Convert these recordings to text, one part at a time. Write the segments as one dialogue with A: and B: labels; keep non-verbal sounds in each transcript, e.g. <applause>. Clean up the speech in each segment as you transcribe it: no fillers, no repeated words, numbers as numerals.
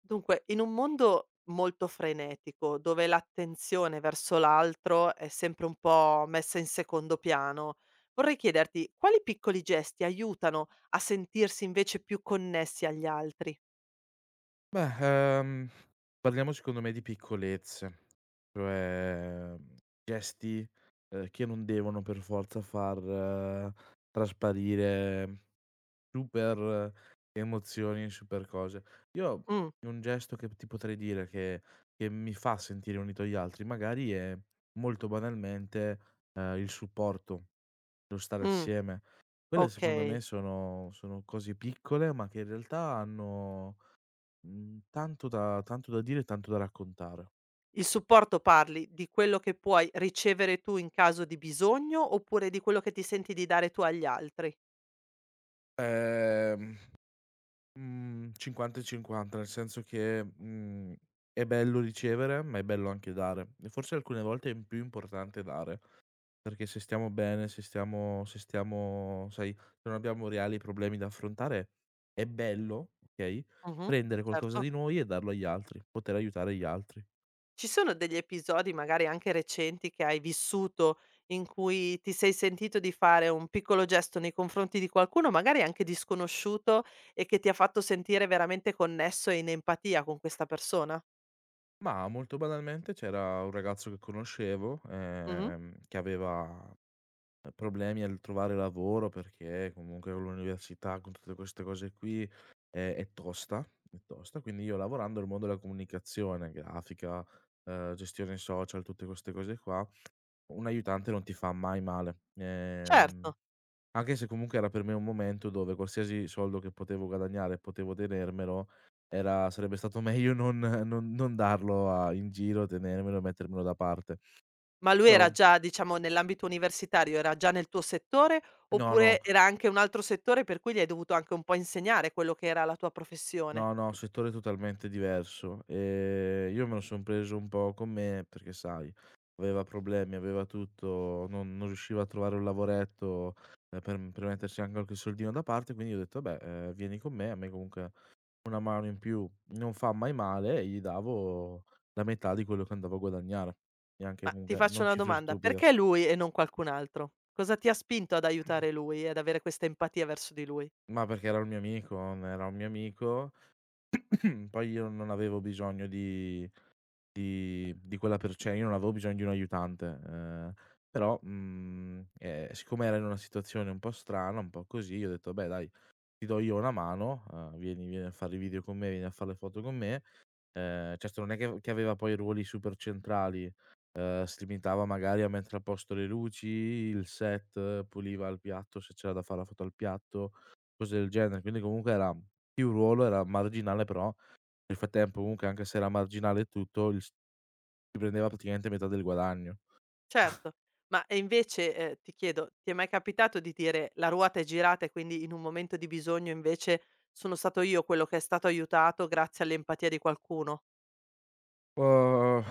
A: Dunque, in un mondo molto frenetico, dove l'attenzione verso l'altro è sempre un po' messa in secondo piano, vorrei chiederti quali piccoli gesti aiutano a sentirsi invece più connessi agli altri?
B: Beh, ehm, parliamo secondo me di piccolezze. cioè, mhmm, Gesti che non devono per forza far trasparire super emozioni, super cose. Io
A: Mh,
B: un gesto che ti potrei dire che mi fa sentire unito agli altri magari è, molto banalmente, il supporto, lo stare
A: mh,
B: assieme. Quelle secondo
A: okay.
B: me sono cose piccole, ma che in realtà hanno tanto da dire e tanto da raccontare.
A: Il supporto parli di quello che puoi ricevere tu in caso di bisogno, oppure di quello che ti senti di dare tu agli altri?
B: Ehm, mhmm, 50 e 50, nel senso che è bello ricevere, ma è bello anche dare. E forse alcune volte è più importante dare, perché se stiamo bene, se stiamo sai, se non abbiamo reali problemi da affrontare, è bello, okay,
A: Mh-mh,
B: prendere qualcosa
A: certo.
B: di noi e darlo agli altri, poter aiutare gli altri.
A: Ci sono degli episodi, magari anche recenti, che hai vissuto in cui ti sei sentito di fare un piccolo gesto nei confronti di qualcuno, magari anche disconosciuto, e che ti ha fatto sentire veramente connesso e in empatia con questa persona?
B: Ma molto banalmente c'era un ragazzo che conoscevo,
A: Mh-mh.
B: che aveva problemi al trovare lavoro, perché comunque con l'università, con tutte queste cose qui, è tosta, è tosta. Quindi io, lavorando nel mondo della comunicazione grafica, gestione social, tutte queste cose qua, un aiutante non ti fa mai male.
A: Certo.
B: Anche se comunque era per me un momento dove qualsiasi soldo che potevo guadagnare e potevo tenermelo, era sarebbe stato <laughs> meglio non darlo a in giro, tenermelo e mettermelo da parte.
A: Ma lui era
B: Però
A: già, diciamo, nell'ambito universitario, era già nel tuo settore,
B: no.
A: oppure era anche un altro settore per cui gli hai dovuto anche un po' insegnare quello che era la tua professione?
B: No, no, settore totalmente diverso. Io me lo son preso un po' con me perché sai, aveva problemi, aveva tutto, non riusciva a trovare un lavoretto, per mettersi anche qualche soldino da parte, quindi ho detto: "Vabbè, vieni con me." A me comunque una mano in più non fa mai male, e gli davo la metà di quello che andavo a guadagnare. Neanche
A: Ma ti
B: comunque
A: faccio
B: non
A: una
B: cifre
A: domanda:
B: stupide.
A: perché lui e non qualcun altro? Cosa ti ha spinto ad aiutare lui e ad avere questa empatia verso di lui?
B: Ma perché era un mio amico, n era un mio amico. <clears throat> Poi io non avevo bisogno di quella per cioè io non avevo bisogno di un aiutante, però, siccome era in una situazione un po' strana, un po' così, io ho detto: "Beh dai, ti do io una mano, vieni a fare i video con me, vieni a fare le foto con me". Certo non è che aveva poi ruoli super centrali, si limitava magari a mettere a posto le luci, il set, puliva il piatto se c'era da fare la foto al piatto, cose del genere. Quindi comunque era più ruolo, era marginale, però nel frattempo comunque anche se era marginale e tutto il s ti prendeva praticamente metà del guadagno.
A: Certo, ma e invece, ti chiedo, ti è mai capitato di dire: "La ruota è girata" e quindi in un momento di bisogno invece sono stato io quello che è stato aiutato grazie all'empatia di qualcuno?
B: Uhm,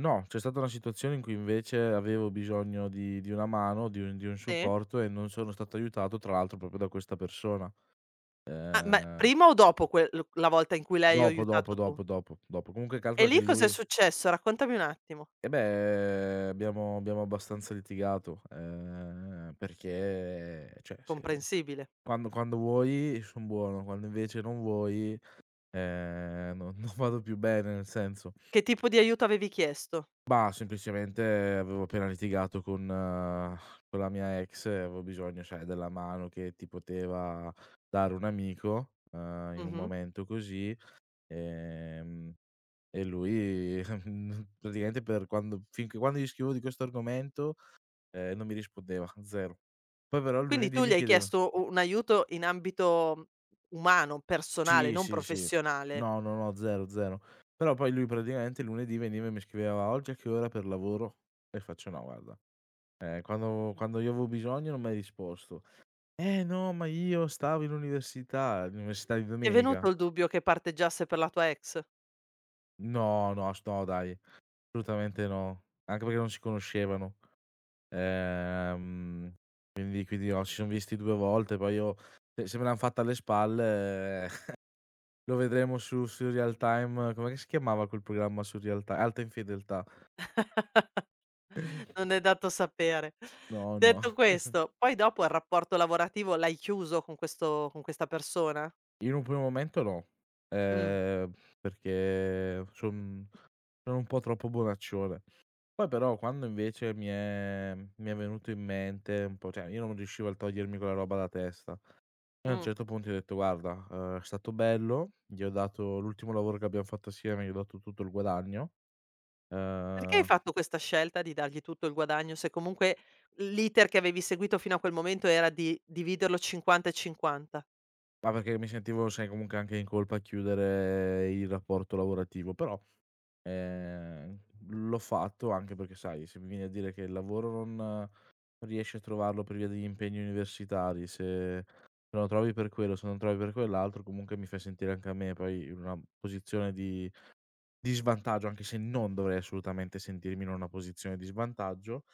B: no, c'è stata una situazione in cui invece avevo bisogno di una mano, di un
A: Sì?
B: supporto, e non sono stato aiutato, tra l'altro, proprio da questa persona.
A: Ah, ma
B: Ehm,
A: prima o dopo que l la volta in cui l'hai
B: Dopo, dopo,
A: aiutato tu?
B: dopo, dopo, dopo. Comunque
A: E
B: calcola che
A: lì cos'è
B: lui,
A: successo? Raccontami un attimo.
B: beh, abbiamo abbastanza litigato, perché cioè se
A: Comprensibile.
B: quando vuoi son buono, quando invece non vuoi, non <laughs> non vado più bene, nel senso.
A: Che tipo di aiuto avevi chiesto?
B: Mah, semplicemente avevo appena litigato con la mia ex, e avevo bisogno, sai, della mano che ti poteva dare un amico, in un
A: Mh-mh.
B: momento così, ehm, e lui <laughs> praticamente per quando finché quando gli scrivevo di questo argomento, non mi rispondeva, 0. Poi però il
A: Quindi
B: lunedì
A: tu gli
B: mi
A: hai
B: chiedeva
A: chiesto u un aiuto in ambito umano, personale,
B: sì,
A: non
B: sì, sì.
A: professionale.
B: No, no, no, 0, 0. Però poi lui praticamente il lunedì veniva e mi scriveva: "Oggi a che ora per lavoro?" E faccio: "No guarda, eh, quando io avevo bisogno non m'hai risposto". "Eh no, ma io stavo in università", l'università di
A: Ti è venuto
B: domenica.
A: il dubbio che parteggiasse per la tua ex?
B: No dai, assolutamente no, anche perché non si conoscevano. Ehm, quindi no, ci siam visti 2 volte, poi io se se me l'han fatta alle spalle, <laughs> lo vedremo su Realtime. Com'è che si chiamava quel programma su Realtime? Alta infedeltà.
A: <laughs> Non è dato sapere.
B: No, no,
A: Detto questo, poi dopo il rapporto lavorativo l'hai chiuso con questo con questa persona?
B: in un primo momento no,
A: Mh,
B: ehm, perché sono un po' troppo bonaccione. Poi però quando invece mi è venuto in mente un po', cioè io non riuscivo a togliermi quella roba da testa, e a un
A: mh.
B: certo punto gli ho detto: "Guarda, è stato bello". Gli ho dato l'ultimo lavoro che abbiam fatto assieme, gli ho dato tutto il guadagno,
A: Perché hai
B: uhm,
A: fatto questa scelta di dargli tutto il guadagno se comunque l'iter che avevi seguito fino a quel momento era di dividerlo 50 e 50?
B: ma perché mi sentivo, sai, comunque anche in colpa a chiudere il rapporto lavorativo, però, ehm, l'ho fatto anche perché, sai, se mi vieni a dire che il lavoro non riesci a trovarlo per via degli impegni universitari, se se lo trovi per quello, se non trovi per quell'altro, comunque mi fai sentire anche a me poi in una posizione di svantaggio, anche se non dovrei assolutamente sentirmi in una posizione di svantaggio,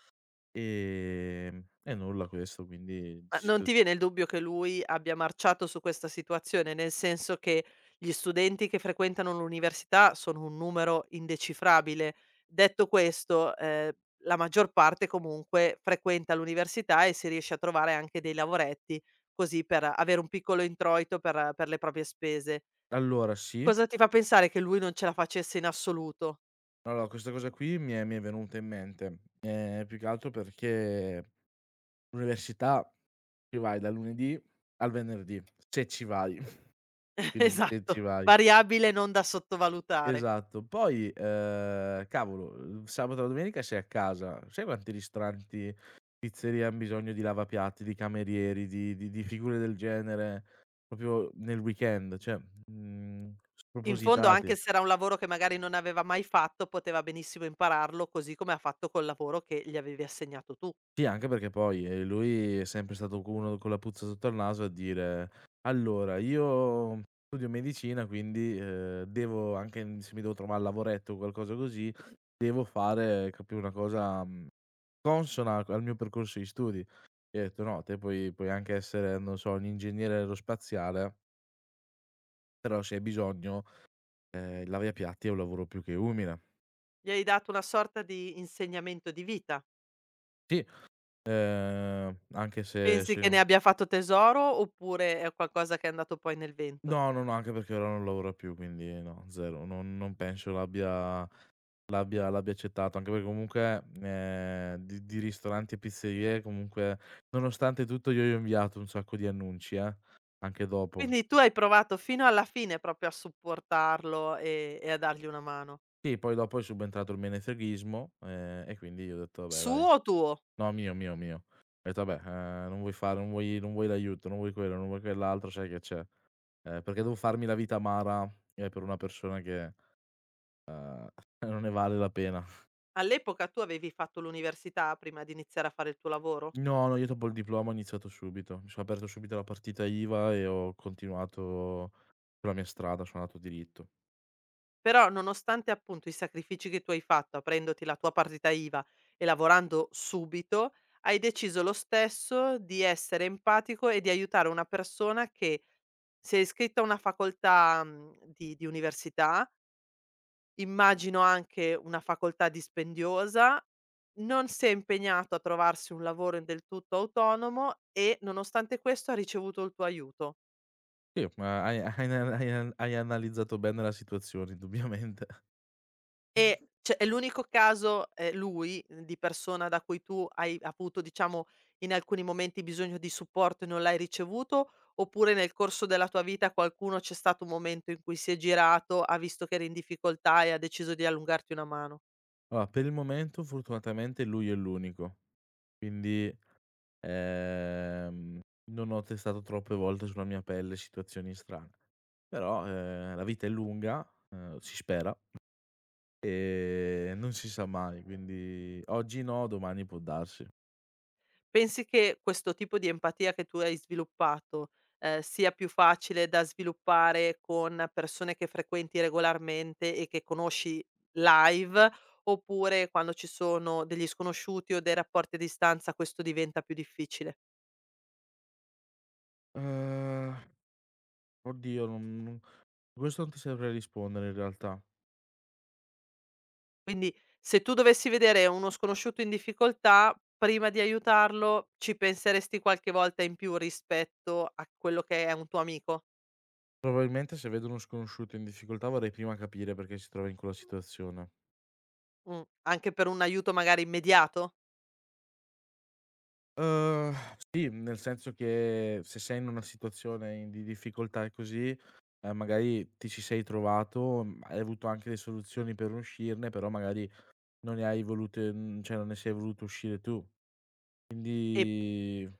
B: e nulla, questo, quindi
A: Ma non
B: st
A: ti viene il dubbio che lui abbia marciato su questa situazione? Nel senso che gli studenti che frequentano l'università sono un numero indecifrabile. Detto questo, la maggior parte comunque frequenta l'università e si riesce a trovare anche dei lavoretti, così per avere un piccolo introito per le proprie spese.
B: allora sì.
A: Cosa ti fa pensare che lui non ce la facesse in assoluto?
B: Allora questa cosa qui mi è venuta in mente, più che altro perché l'università ci vai dal lunedì al venerdì, se ci vai, <laughs>
A: <laughs>
B: quindi se ci
A: Esatto,
B: vai.
A: variabile non da sottovalutare.
B: Esatto. Poi, cavolo, sabato e la domenica sei a casa. Sai quanti ristoranti, pizzerie han bisogno di lavapiatti, di camerieri, di figure del genere proprio nel weekend, cioè
A: In fondo anche
B: spropositati.
A: se era un lavoro che magari non aveva mai fatto, poteva benissimo impararlo, così come ha fatto col lavoro che gli avevi assegnato tu.
B: Sì, anche perché poi, lui è sempre stato co uno con la puzza sotto al naso a dire: "Allora, io studio medicina, quindi, devo anche n se mi devo trovare un lavoretto o qualcosa così, devo fare, capì, una cosa, mhmm, consona al mio percorso di studi". Gli ho detto: "No, te puoi anche essere, non so, un ingegnere aerospaziale, però se hai bisogno, il lavapiatti è un lavoro più che umile".
A: Gli hai dato una sorta di insegnamento di vita.
B: Sì, anche se
A: Pensi che
B: se
A: ne abbia fatto tesoro oppure è qualcosa che è andato poi nel vento?
B: no, no, no, anche perché ora non lavora più, quindi no, 0. Non non penso l'abbia accettato, anche perché comunque, di ristoranti e pizzerie comunque, nonostante tutto, io gli ho inviato un sacco di annunci, anche dopo.
A: Quindi tu hai provato fino alla fine proprio a supportarlo e a dargli una mano.
B: Sì, poi dopo è subentrato il menefreghismo, e quindi io ho detto: "Vabbè dai".
A: Suo o tuo?
B: No mio, mio, mio. Ho detto: "Vabbè, non vuoi fare non vuoi l'aiuto, non vuoi quello, non vuoi quell'altro, sai che c'è, perché devo farmi la vita amara, per una persona che <laughs> non ne vale la pena."
A: All'epoca tu avevi fatto l'università prima di iniziare a fare il tuo lavoro?
B: No, no, io dopo il diploma ho iniziato subito. Mi sono aperto subito la partita IVA e ho continuato sulla mia strada, sono andato diritto.
A: Però nonostante appunto i sacrifici che tu hai fatto aprendoti la tua partita IVA e lavorando subito, hai deciso lo stesso di essere empatico e di aiutare una persona che si è iscritta a una facoltà, mhmm, di università, immagino anche una facoltà dispendiosa, non si è impegnato a trovarsi un lavoro del tutto autonomo e nonostante questo ha ricevuto il tuo aiuto.
B: Sì, ma hai <laughs> hai na hai an hai analizzato bene la situazione indubbiamente.
A: E cioè è l'unico caso, lui, mhmm, di persona da cui tu hai avuto, diciamo, in alcuni momenti bisogno di supporto e non l'hai ricevuto, oppure nel corso della tua vita qualcuno c'è stato un momento in cui si è girato, ha visto che eri in difficoltà e ha deciso di allungarti una mano?
B: Allora, per il momento fortunatamente lui è l'unico. Quindi, ehm, non ho testato troppe volte sulla mia pelle situazioni strane. Però, la vita è lunga, si spera, e non si sa mai, quindi oggi no, domani può darsi.
A: Pensi che questo tipo di empatia che tu hai sviluppato, sia più facile da sviluppare con persone che frequenti regolarmente e che conosci live, oppure quando ci sono degli sconosciuti o dei rapporti a distanza questo diventa più difficile?
B: Ehm, Oddio, non non questo non ti saprei rispondere in realtà.
A: Quindi se tu dovessi vedere uno sconosciuto in difficoltà, prima di aiutarlo ci penseresti qualche volta in più rispetto a quello che è un tuo amico?
B: Probabilmente se vedo uno sconosciuto in difficoltà vorrei prima capire perché si trova in quella situazione.
A: Mh, anche per un aiuto magari immediato?
B: Uhm, sì, nel senso che se sei in una situazione in di difficoltà e così, magari ti ci sei trovato, mhmm, hai avuto anche le soluzioni per uscirne, però magari non ne hai volute, mhmm, cioè non ne sei voluto uscire tu.
A: E
B: Quindi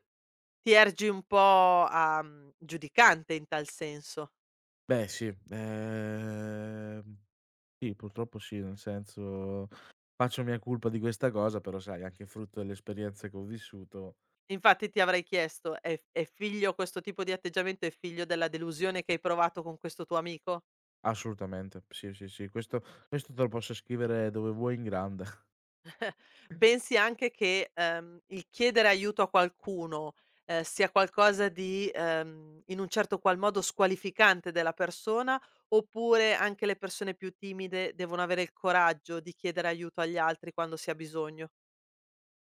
A: Ti ergi un po' a mhmm, giudicante in tal senso.
B: beh sì, sì, purtroppo sì, nel senso, faccio mia colpa di questa cosa, però sai anche frutto dell'esperienza che ho vissuto.
A: Infatti ti avrei chiesto: è f è figlio questo tipo di atteggiamento è figlio della delusione che hai provato con questo tuo amico?
B: Assolutamente. Sì, sì, sì, questo te lo posso scrivere dove vuoi in grande.
A: Pensi anche che, il chiedere aiuto a qualcuno, sia qualcosa di, in un certo qual modo squalificante della persona, oppure anche le persone più timide devono avere il coraggio di chiedere aiuto agli altri quando si ha bisogno?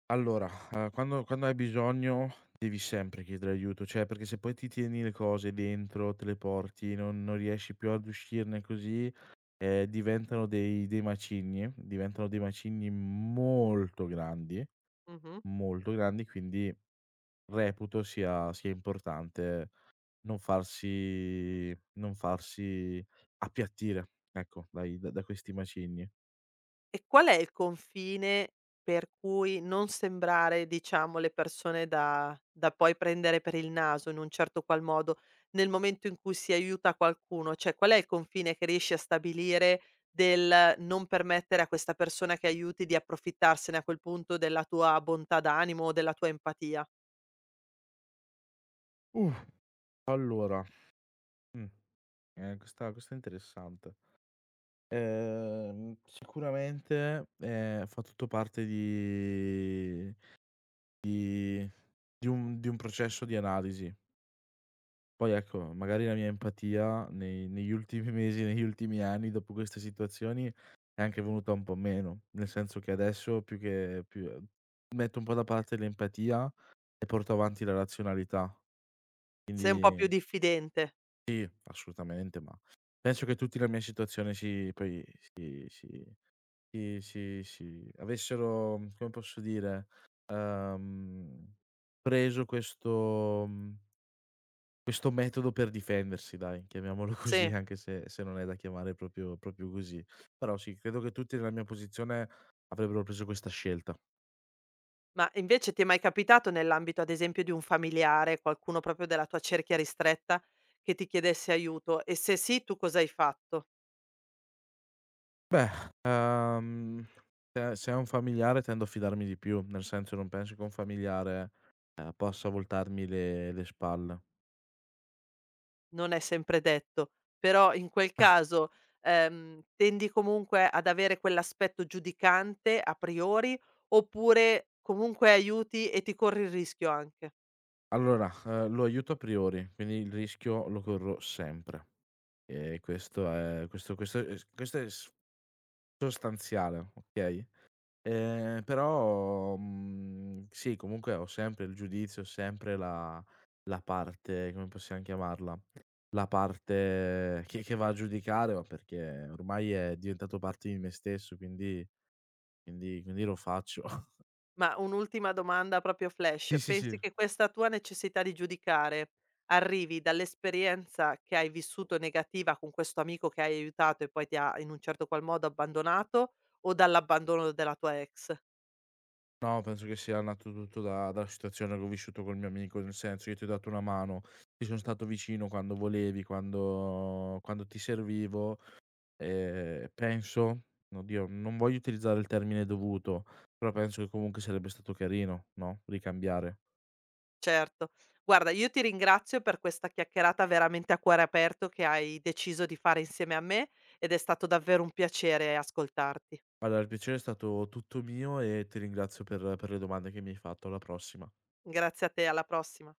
B: Allora, quando hai bisogno devi sempre chiedere aiuto, cioè perché se poi ti tieni le cose dentro, te le porti, non riesci più ad uscirne così, diventano dei macigni, diventano dei macigni
A: Mh-mh.
B: molto grandi, quindi reputo sia importante non farsi appiattire, ecco, dai da questi macigni.
A: E qual è il confine per cui non sembrare, diciamo, le persone da da poi prendere per il naso in un certo qual modo, nel momento in cui si aiuta qualcuno? Cioè, qual è il confine che riesci a stabilire del non permettere a questa persona che aiuti di approfittarsene a quel punto della tua bontà d'animo o della tua empatia?
B: Uh, allora, mh, questa è interessante. Sicuramente, fa tutto parte di di un processo di analisi. Poi ecco, magari la mia empatia nei negli ultimi <laughs> mesi, negli ultimi anni, dopo queste situazioni, è anche venuta un po' meno. Nel senso che adesso più che più metto un po' da parte l'empatia e porto avanti la razionalità.
A: Sei un po'
B: Quindi
A: più diffidente.
B: sì, assolutamente, ma penso che tutti la mia situazione si poi si si Sì, sì, sì. Avessero, mhmm, come posso dire, ehm, preso questo questo metodo per difendersi dai, chiamiamolo <laughs> così,
A: Sì.
B: anche se non è da chiamare proprio così. Però sì, credo che tutti nella mia posizione avrebbero preso questa scelta.
A: Ma invece ti è mai capitato nell'ambito, ad esempio, di un familiare, qualcuno proprio della tua cerchia ristretta, che ti chiedesse aiuto? E se sì, tu cosa hai fatto?
B: Beh, ehm, se è un familiare tendo a fidarmi di più, nel senso non penso che un familiare, possa voltarmi le spalle.
A: Non è sempre detto, però in quel caso, tendi comunque ad avere quell'aspetto giudicante a priori, oppure comunque aiuti e ti corri il rischio anche?
B: Allora, lo aiuto a priori, quindi il rischio lo corro sempre. E questo è questo questo è s sostanziale, okay? Però sì, comunque ho sempre il giudizio, ho sempre la la parte, come possiam chiamarla, la parte che va a giudicare, ma perché ormai è diventato parte di me stesso, quindi quindi lo faccio. <laughs>
A: Ma un'ultima domanda proprio
B: Sì,
A: flash.
B: sì, sì.
A: Pensi che questa tua necessità di giudicare arrivi dall'esperienza che hai vissuto negativa con questo amico che hai aiutato e poi ti ha in un certo qual modo abbandonato o dall'abbandono della tua ex?
B: No, penso che sia nato tutto da dalla situazione che ho vissuto col mio amico, nel senso io ti ho dato una mano, ti son stato vicino quando volevi, quando ti servivo, penso, oddio, non voglio utilizzare il termine dovuto, però penso che comunque sarebbe stato carino, no, ricambiare.
A: Certo. Guarda, io ti ringrazio per questa chiacchierata veramente a cuore aperto che hai deciso di fare insieme a me ed è stato davvero un piacere ascoltarti.
B: Guarda, il piacere è stato tutto mio e ti ringrazio per le domande che mi hai fatto. Alla prossima.
A: Grazie a te, alla prossima.